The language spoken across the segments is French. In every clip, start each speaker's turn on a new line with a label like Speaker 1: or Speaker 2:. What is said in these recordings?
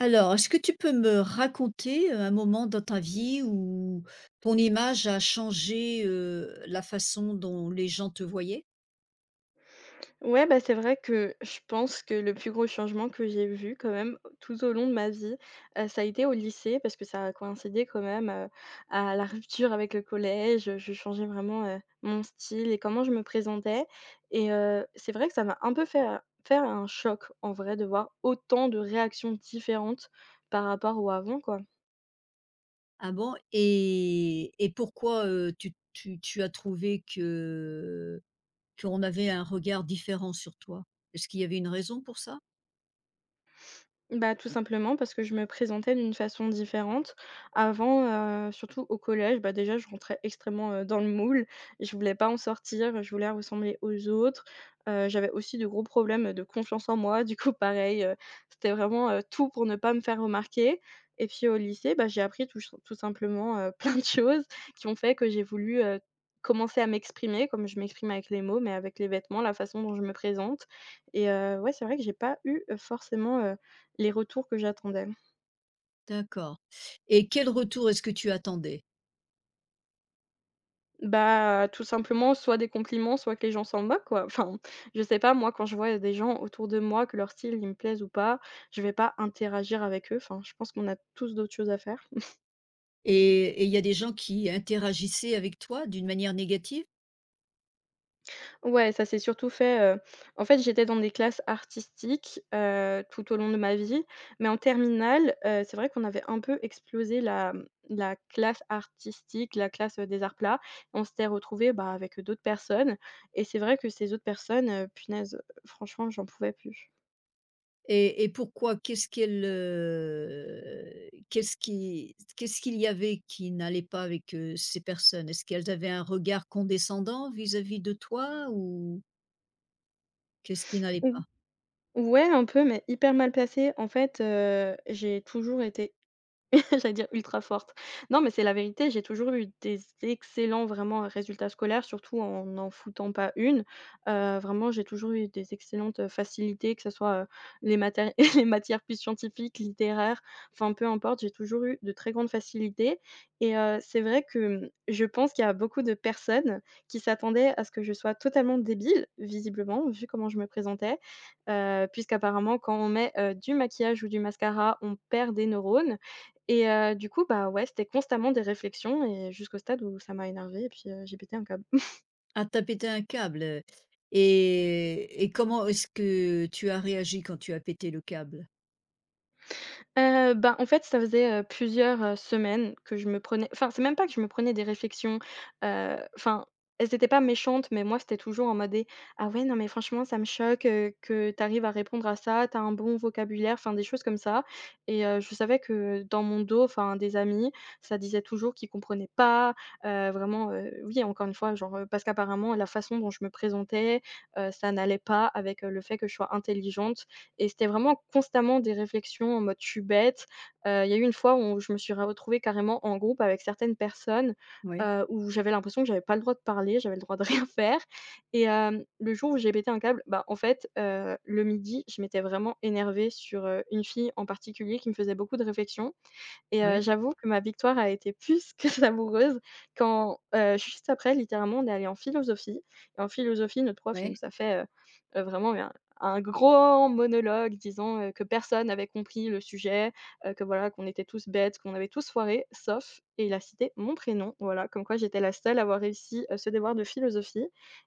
Speaker 1: Alors, est-ce que tu peux me raconter, un moment dans ta vie où ton image a changé, la façon dont les gens te voyaient?
Speaker 2: Ouais, bah, c'est vrai que je pense que le plus gros changement que j'ai vu quand même tout au long de ma vie, ça a été au lycée parce que ça a coïncidé quand même, à la rupture avec le collège, je changeais vraiment, mon style et comment je me présentais et c'est vrai que ça m'a un peu fait un choc en vrai de voir autant de réactions différentes par rapport au avant, quoi.
Speaker 1: Ah bon? Et pourquoi, tu as trouvé que qu'on avait un regard différent sur toi? Est-ce qu'il y avait une raison pour ça?
Speaker 2: Bah, tout simplement parce que je me présentais d'une façon différente. Avant, surtout au collège, bah, déjà je rentrais extrêmement, dans le moule. Je voulais pas en sortir, je voulais ressembler aux autres. J'avais aussi de gros problèmes de confiance en moi. Du coup, pareil, c'était vraiment, tout pour ne pas me faire remarquer. Et puis au lycée, bah, j'ai appris tout simplement, plein de choses qui ont fait que j'ai voulu, commencer à m'exprimer comme je m'exprime avec les mots, mais avec les vêtements, la façon dont je me présente. Et ouais, c'est vrai que j'ai pas eu, forcément, les retours que j'attendais.
Speaker 1: D'accord. Et quel retour est-ce que tu attendais?
Speaker 2: Bah, tout simplement, soit des compliments, soit que les gens s'en moquent, quoi. Enfin, je sais pas, moi, quand je vois des gens autour de moi, que leur style, il me plaise ou pas, je vais pas interagir avec eux. Enfin, je pense qu'on a tous d'autres choses à faire.
Speaker 1: Et il y a des gens qui interagissaient avec toi d'une manière négative?
Speaker 2: Ouais, ça s'est surtout fait, en fait, j'étais dans des classes artistiques, tout au long de ma vie, mais en terminale, c'est vrai qu'on avait un peu explosé la, la classe artistique, la classe, des arts plats. On s'était retrouvés, bah, avec, d'autres personnes et c'est vrai que ces autres personnes, punaises, franchement, j'en pouvais plus.
Speaker 1: Et pourquoi? Qu'est-ce qu'il y avait qui n'allait pas avec, ces personnes? Est-ce qu'elles avaient un regard condescendant vis-à-vis de toi ou qu'est-ce qui n'allait pas?
Speaker 2: Ou Ouais, un peu, mais hyper mal placée. En fait, j'ai toujours été j'allais dire ultra forte. Non, mais c'est la vérité, j'ai toujours eu des excellents vraiment résultats scolaires, surtout en n'en foutant pas une. Vraiment, j'ai toujours eu des excellentes facilités, que ce soit, les maté les matières plus scientifiques, littéraires, enfin peu importe, j'ai toujours eu de très grandes facilités et c'est vrai que, je pense qu'il y a beaucoup de personnes qui s'attendaient à ce que je sois totalement débile, visiblement, vu comment je me présentais, puisqu'apparemment quand on met, du maquillage ou du mascara, on perd des neurones et du coup, bah, ouais, c'était constamment des réflexions et jusqu'au stade où ça m'a énervée et puis, j'ai pété un câble.
Speaker 1: Ah, tu as pété un câble, et comment est-ce que tu as réagi quand tu as pété le câble?
Speaker 2: Ben, en fait, ça faisait, plusieurs, semaines que je me prenais enfin, c'est même pas que je me prenais des réflexions, enfin, elles étaient pas méchantes, mais moi, c'était toujours en mode des : « Ah ouais, non, mais franchement, ça me choque, que tu arrives à répondre à ça, tu as un bon vocabulaire », enfin, des choses comme ça et je savais que dans mon dos, enfin, des amis, ça disait toujours qu'ils comprenaient pas, vraiment, oui, encore une fois, genre, parce qu'apparemment la façon dont je me présentais, ça n'allait pas avec, le fait que je sois intelligente et c'était vraiment constamment des réflexions en mode : « Je suis bête ». Il y a eu une fois où je me suis retrouvée carrément en groupe avec certaines personnes,
Speaker 1: Oui,
Speaker 2: où j'avais l'impression que j'avais pas le droit de parler, j'avais le droit de rien faire et le jour où j'ai pété un câble, bah, en fait, le midi, je m'étais vraiment énervée sur, une fille en particulier qui me faisait beaucoup de réflexions et
Speaker 1: oui,
Speaker 2: j'avoue que ma victoire a été plus que savoureuse quand, juste après littéralement, on est allé en philosophie et en philosophie, notre prof, il nous
Speaker 1: oui.
Speaker 2: a fait, vraiment un grand monologue disant, que personne avait compris le sujet, que voilà, qu'on était tous bêtes, qu'on avait tous foiré sauf et il a cité mon prénom, voilà, comme quoi j'étais la seule à avoir réussi, ce devoir de philosophie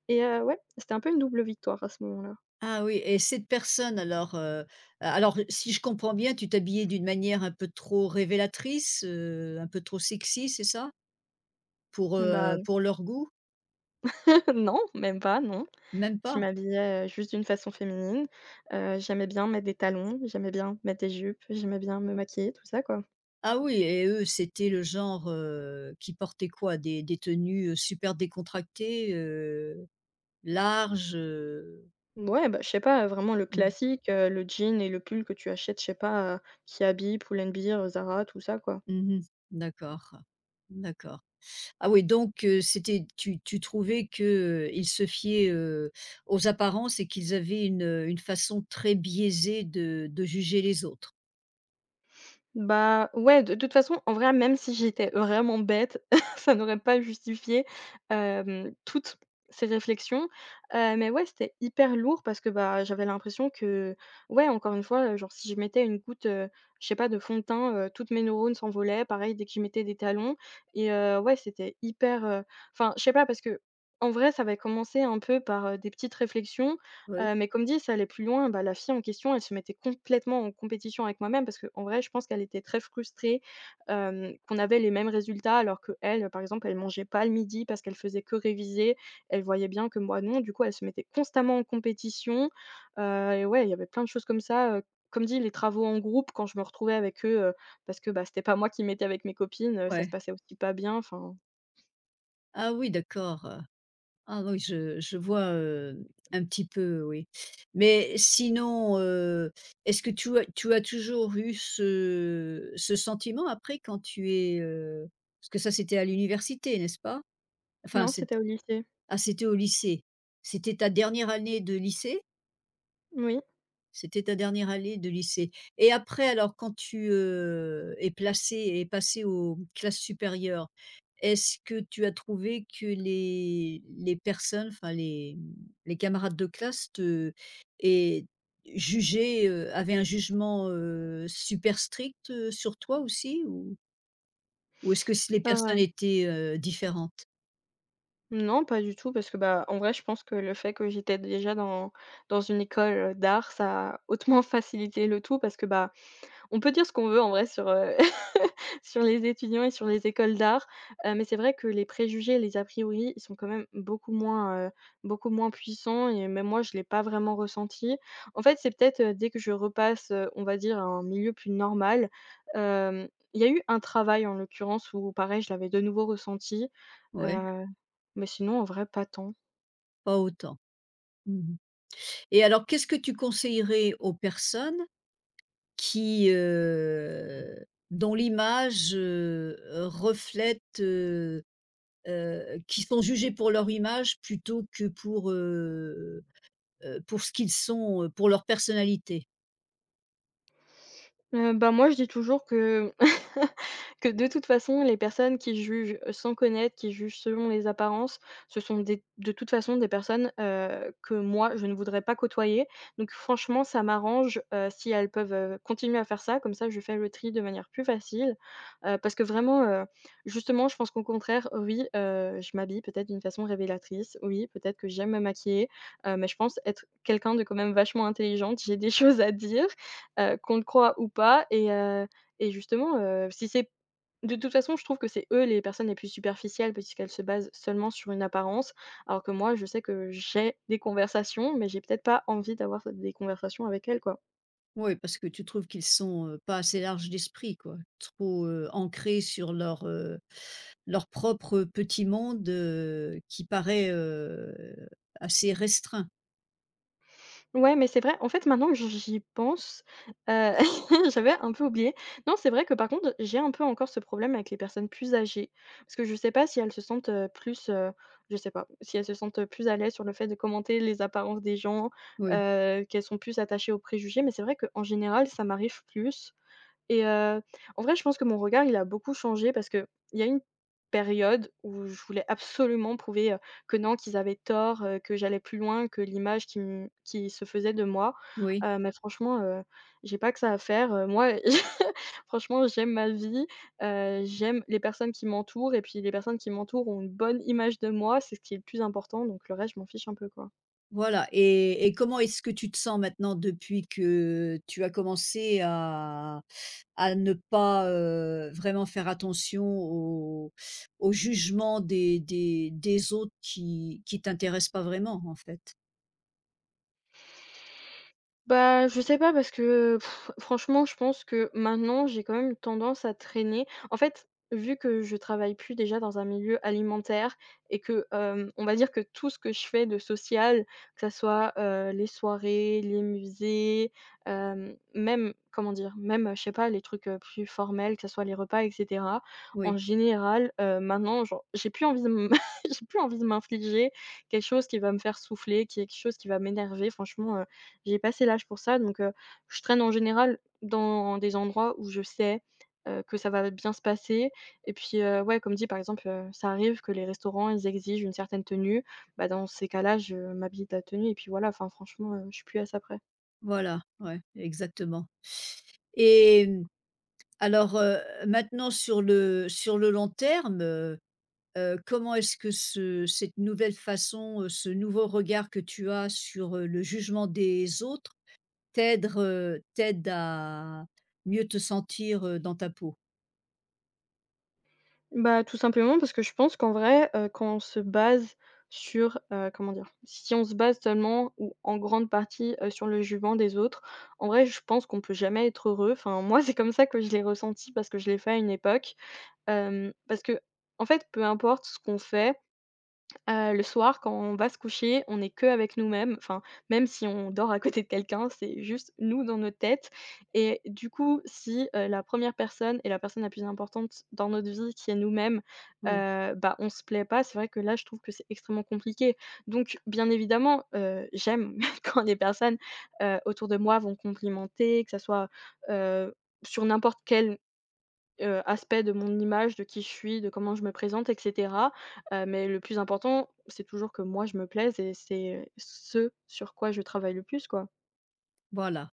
Speaker 2: et ouais, c'était un peu une double victoire à ce moment-là.
Speaker 1: Ah oui, et cette personne alors si je comprends bien, tu t'habillais d'une manière un peu trop révélatrice, un peu trop sexy, c'est ça?
Speaker 2: Bah,
Speaker 1: Pour leur goût?
Speaker 2: non, même pas, non.
Speaker 1: Même
Speaker 2: Qui
Speaker 1: pas?
Speaker 2: m'habillait, juste d'une façon féminine. J'aimais bien mettre des talons, j'aimais bien mettre des jupes, j'aimais bien me maquiller, tout ça, quoi.
Speaker 1: Ah oui, et eux, c'était le genre, qui portait quoi? Des tenues, super décontractées, larges,
Speaker 2: Ouais, bah, je sais pas, vraiment le
Speaker 1: Mmh.
Speaker 2: classique, le jean et le pull que tu achètes, je sais pas, Kiabi, Pull&Bear, Zara, tout ça, quoi.
Speaker 1: Mmh. D'accord. D'accord. Ah oui, donc c'était tu trouvais qu'ils se fiaient, aux apparences et qu'ils avaient une façon très biaisée de juger les autres?
Speaker 2: Bah, ouais, de toute façon, en vrai, même si j'étais vraiment bête, ça n'aurait pas justifié, toutes ces réflexions, mais ouais, c'était hyper lourd parce que, bah, j'avais l'impression que, ouais, encore une fois, genre, si je mettais une goutte, je sais pas, de fond de teint, toutes mes neurones s'envolaient. Pareil, dès que je mettais des talons et ouais, c'était hyper, enfin, je sais pas, parce que en vrai, ça avait commencé un peu par, des petites réflexions.
Speaker 1: Ouais,
Speaker 2: Mais comme dit, ça allait plus loin, bah, la fille en question, elle se mettait complètement en compétition avec moi-même parce qu'en vrai, je pense qu'elle était très frustrée, qu'on avait les mêmes résultats alors que elle, par exemple, elle mangeait pas le midi parce qu'elle faisait que réviser. Elle voyait bien que moi non, du coup, elle se mettait constamment en compétition, et ouais, il y avait plein de choses comme ça, comme dit, les travaux en groupe quand je me retrouvais avec eux, parce que, bah, c'était pas moi qui m'étais avec mes copines, ça se
Speaker 1: ouais.
Speaker 2: passait aussi pas bien, enfin
Speaker 1: Ah oui, d'accord. Ah oui, je vois, un petit peu, oui. Mais sinon, est-ce que tu as toujours eu ce sentiment après quand tu es, parce que ça c'était à l'université, n'est-ce pas? Enfin,
Speaker 2: non,
Speaker 1: c'ét
Speaker 2: c'était au lycée.
Speaker 1: ah, c'était au lycée. C'était ta dernière année de lycée?
Speaker 2: Oui,
Speaker 1: C'était ta dernière année de lycée, et après alors quand tu, es placé, et passé aux classes supérieures, est-ce que tu as trouvé que les personnes, enfin les, mmh, les camarades de classe te et jugeaient, avaient un jugement, super strict, sur toi aussi? Ou est-ce que s les personnes
Speaker 2: heu
Speaker 1: étaient, différentes?
Speaker 2: non, pas du tout, parce que, bah, en vrai, je pense que le fait que j'étais déjà dans une école, d'art, ça a hautement facilité le tout parce que, bah, on peut dire ce qu'on veut en vrai sur, sur les étudiants et sur les écoles d'art, mais c'est vrai que les préjugés et les a priori, ils sont quand même beaucoup moins puissants et même moi, je ne l'ai pas vraiment ressenti. En fait, c'est peut-être, dès que je repasse, on va dire à un milieu plus normal, hem, il y a eu un travail en l'occurrence où pareil, je l'avais de nouveau ressenti,
Speaker 1: Ouais,
Speaker 2: heu, mais sinon en vrai pas tant.
Speaker 1: pas autant. Mmh. Et alors qu'est-ce que tu conseillerais aux personnes qui, dont l'image, reflète, heu qui sont jugés pour leur image plutôt que pour ce qu'ils sont, pour leur personnalité.
Speaker 2: Bah, moi, je dis toujours que que de toute façon, les personnes qui jugent sans connaître, qui jugent selon les apparences, ce sont des de toute façon des personnes, que moi, je ne voudrais pas côtoyer. Donc franchement, ça m'arrange, si elles peuvent, continuer à faire ça, comme ça je fais le tri de manière plus facile. Parce que vraiment, justement, je pense qu'au contraire, oui, je m'habille peut-être d'une façon révélatrice, oui, peut-être que j'aime me maquiller, mais je pense être quelqu'un de quand même vachement intelligente. J'ai des choses à dire qu'on le croit ou pas et et justement, si c'est de toute façon, je trouve que c'est eux les personnes les plus superficielles puisqu'elles se basent seulement sur une apparence, alors que moi, je sais que j'ai des conversations, mais j'ai peut-être pas envie d'avoir des conversations avec elles, quoi.
Speaker 1: Oui, parce que tu trouves qu'ils sont, pas assez larges d'esprit, quoi. Trop, ancrés sur leur, leur propre petit monde, qui paraît, assez restreint.
Speaker 2: Ouais, mais c'est vrai, en fait, maintenant que j'y pense, heu, j'avais un peu oublié. Non, c'est vrai que par contre, j'ai un peu encore ce problème avec les personnes plus âgées. Parce que je sais pas si elles se sentent, plus, je sais pas, si elles se sentent, plus à l'aise sur le fait de commenter les apparences des gens,
Speaker 1: Oui,
Speaker 2: qu'elles sont plus attachées aux préjugés, mais c'est vrai qu'en général, ça m'arrive plus. Et en vrai, je pense que mon regard, il a beaucoup changé parce que il y a une période où je voulais absolument prouver, que non, qu'ils avaient tort, que j'allais plus loin que l'image qui m qu'ils se faisait de moi.
Speaker 1: oui,
Speaker 2: Mais franchement, j'ai pas que ça à faire, moi, franchement, j'aime ma vie, j'aime les personnes qui m'entourent et puis les personnes qui m'entourent ont une bonne image de moi, c'est ce qui est le plus important, donc le reste, je m'en fiche un peu, quoi.
Speaker 1: voilà. Et comment est-ce que tu te sens maintenant depuis que tu as commencé à ne pas, vraiment faire attention au au jugement des autres qui t'intéressent pas vraiment, en fait?
Speaker 2: Bah, je sais pas parce que pff, franchement, je pense que maintenant, j'ai quand même tendance à traîner. En fait, vu que je travaille plus déjà dans un milieu alimentaire et que, on va dire que tout ce que je fais de social, que ça soit, les soirées, les musées, même, comment dire? Même, je sais pas, les trucs, plus formels, que ça soit les repas et cetera. En
Speaker 1: Oui.
Speaker 2: général, maintenant, genre, j'ai plus envie de m j'ai plus envie de m'infliger quelque chose qui va me faire souffler, qui est quelque chose qui va m'énerver. Franchement, j'ai passé l'âge pour ça, donc je traîne en général dans des endroits où je sais, que ça va bien se passer et puis, ouais, comme dit, par exemple, ça arrive que les restaurants, ils exigent une certaine tenue. Bah, dans ces cas-là, je m'habille de la tenue et puis voilà, enfin franchement, je suis plus à ça près.
Speaker 1: Voilà, ouais, exactement. Et mmh, alors, maintenant sur le long terme, comment est-ce que ce cette nouvelle façon, ce nouveau regard que tu as sur, le jugement des autres t'aide à mieux te sentir, dans ta peau?
Speaker 2: Bah, tout simplement parce que je pense qu'en vrai, quand on se base sur, comment dire? Si on se base seulement ou en grande partie, sur le jugement des autres, en vrai, je pense qu'on peut jamais être heureux. Enfin, moi, c'est comme ça que je l'ai ressenti parce que je l'ai fait à une époque. Parce que, en fait, peu importe ce qu'on fait, le soir quand on va se coucher, on n'est que avec nous-mêmes. Enfin, même si on dort à côté de quelqu'un, c'est juste nous dans notre tête et du coup, si, la première personne est la personne la plus importante dans notre vie qui est nous-mêmes,
Speaker 1: Oui.
Speaker 2: bah, on se plaît pas, c'est vrai que là, je trouve que c'est extrêmement compliqué. Donc bien évidemment, j'aime quand les personnes, autour de moi vont complimenter, que ça soit, heu, sur n'importe quel aspect de mon image, de qui je suis, de comment je me présente et cetera. Mais le plus important, c'est toujours que moi je me plaise et c'est ce sur quoi je travaille le plus, quoi.
Speaker 1: Voilà.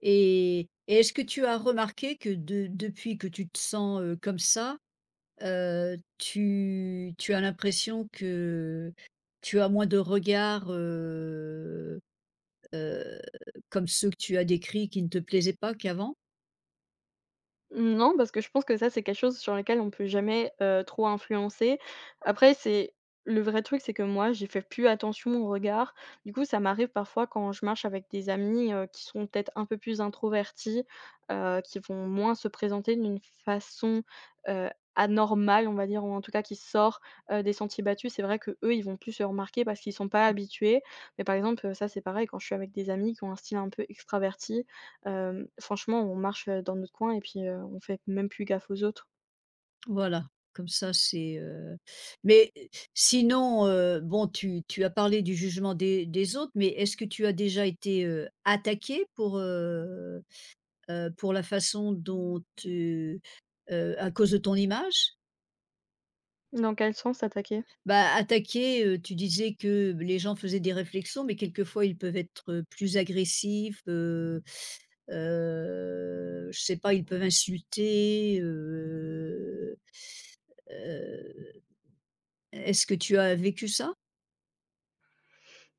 Speaker 1: Et est-ce que tu as remarqué que de depuis que tu te sens, comme ça, tu as l'impression que tu as moins de regards, heu, comme ceux que tu as décrits qui ne te plaisaient pas qu'avant?
Speaker 2: Non, parce que je pense que ça, c'est quelque chose sur lequel on peut jamais, trop influencer. Après, c'est le vrai truc, c'est que moi, j'ai fait plus attention au regard. Du coup, ça m'arrive parfois quand je marche avec des amis, qui sont peut-être un peu plus introvertis, qui vont moins se présenter d'une façon, heu, anormale, on va dire, ou en tout cas qui sort, des sentiers battus. C'est vrai que eux ils vont plus se remarquer parce qu'ils sont pas habitués. Mais par exemple, ça, c'est pareil quand je suis avec des amis qui ont un style un peu extraverti. Franchement, on marche, dans notre coin et puis, on fait même plus gaffe aux autres.
Speaker 1: Voilà, comme ça c'est, mais sinon, bon tu as parlé du jugement des autres, mais est-ce que tu as déjà été, attaquée pour la façon dont tu à cause de ton image?
Speaker 2: Dans quel sens attaquer?
Speaker 1: Bah, attaquer, tu disais que les gens faisaient des réflexions, mais quelquefois ils peuvent être, plus agressifs, je sais pas, ils peuvent insulter, heu, est-ce que tu as vécu ça?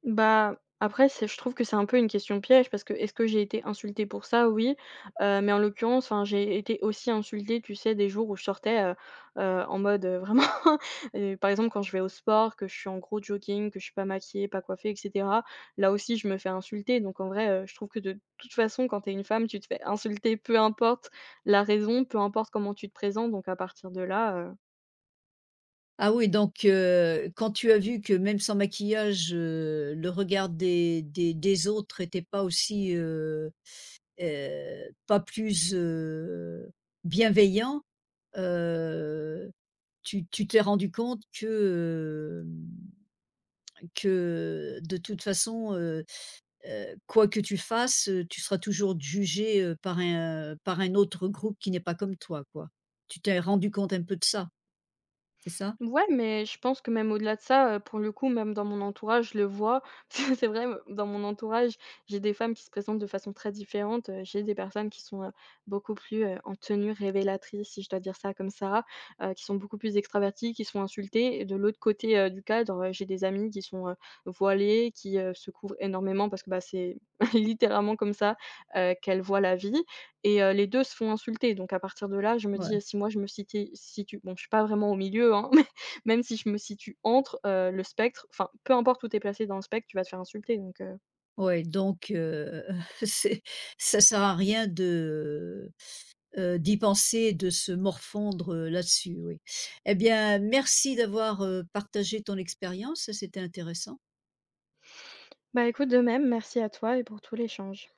Speaker 2: Bah, après c'est, je trouve que c'est un peu une question piège parce que est-ce que j'ai été insultée pour ça? Oui, mais en l'occurrence, enfin, j'ai été aussi insultée, tu sais, des jours où je sortais, en mode, vraiment, par exemple, quand je vais au sport, que je suis en gros jogging, que je suis pas maquillée, pas coiffée et cetera. Là aussi, je me fais insulter donc en vrai, je trouve que de toute façon, quand t'es une femme, tu te fais insulter peu importe la raison, peu importe comment tu te présentes donc à partir de là,
Speaker 1: Ah oui, donc quand tu as vu que même sans maquillage, le regard des autres était pas aussi, pas plus, bienveillant, heu, tu t'es rendu compte que, hem, que de toute façon, quoi que tu fasses, tu seras toujours jugé par un autre groupe qui n'est pas comme toi, quoi. Tu t'es rendu compte un peu de ça, c'est ça?
Speaker 2: ouais, mais je pense que même au-delà de ça, pour le coup, même dans mon entourage, je le vois. C'est vrai, dans mon entourage, j'ai des femmes qui se présentent de façon très différente, j'ai des personnes qui sont, beaucoup plus, en tenue révélatrice, si je dois dire ça comme ça, qui sont beaucoup plus extraverties, qui sont insultées. Et de l'autre côté, du cadre, j'ai des amis qui sont, voilées, qui, se couvrent énormément parce que, bah, c'est littéralement comme ça, qu'elles voient la vie et les 2 se font insulter donc à partir de là, je me
Speaker 1: Ouais,
Speaker 2: dis: «Si moi je me situe» bon, je suis pas vraiment au milieu, hein, même si je me situe entre, le spectre, enfin, peu importe où tu placé dans le spectre, tu vas te faire insulter donc.
Speaker 1: ouais, donc c'est ça sert à rien de, d'y penser, de se morfondre, là-dessus, oui. Eh bien, merci d'avoir, partagé ton expérience, c'était intéressant.
Speaker 2: Bah, écoute, de même, merci à toi et pour tout l'échange.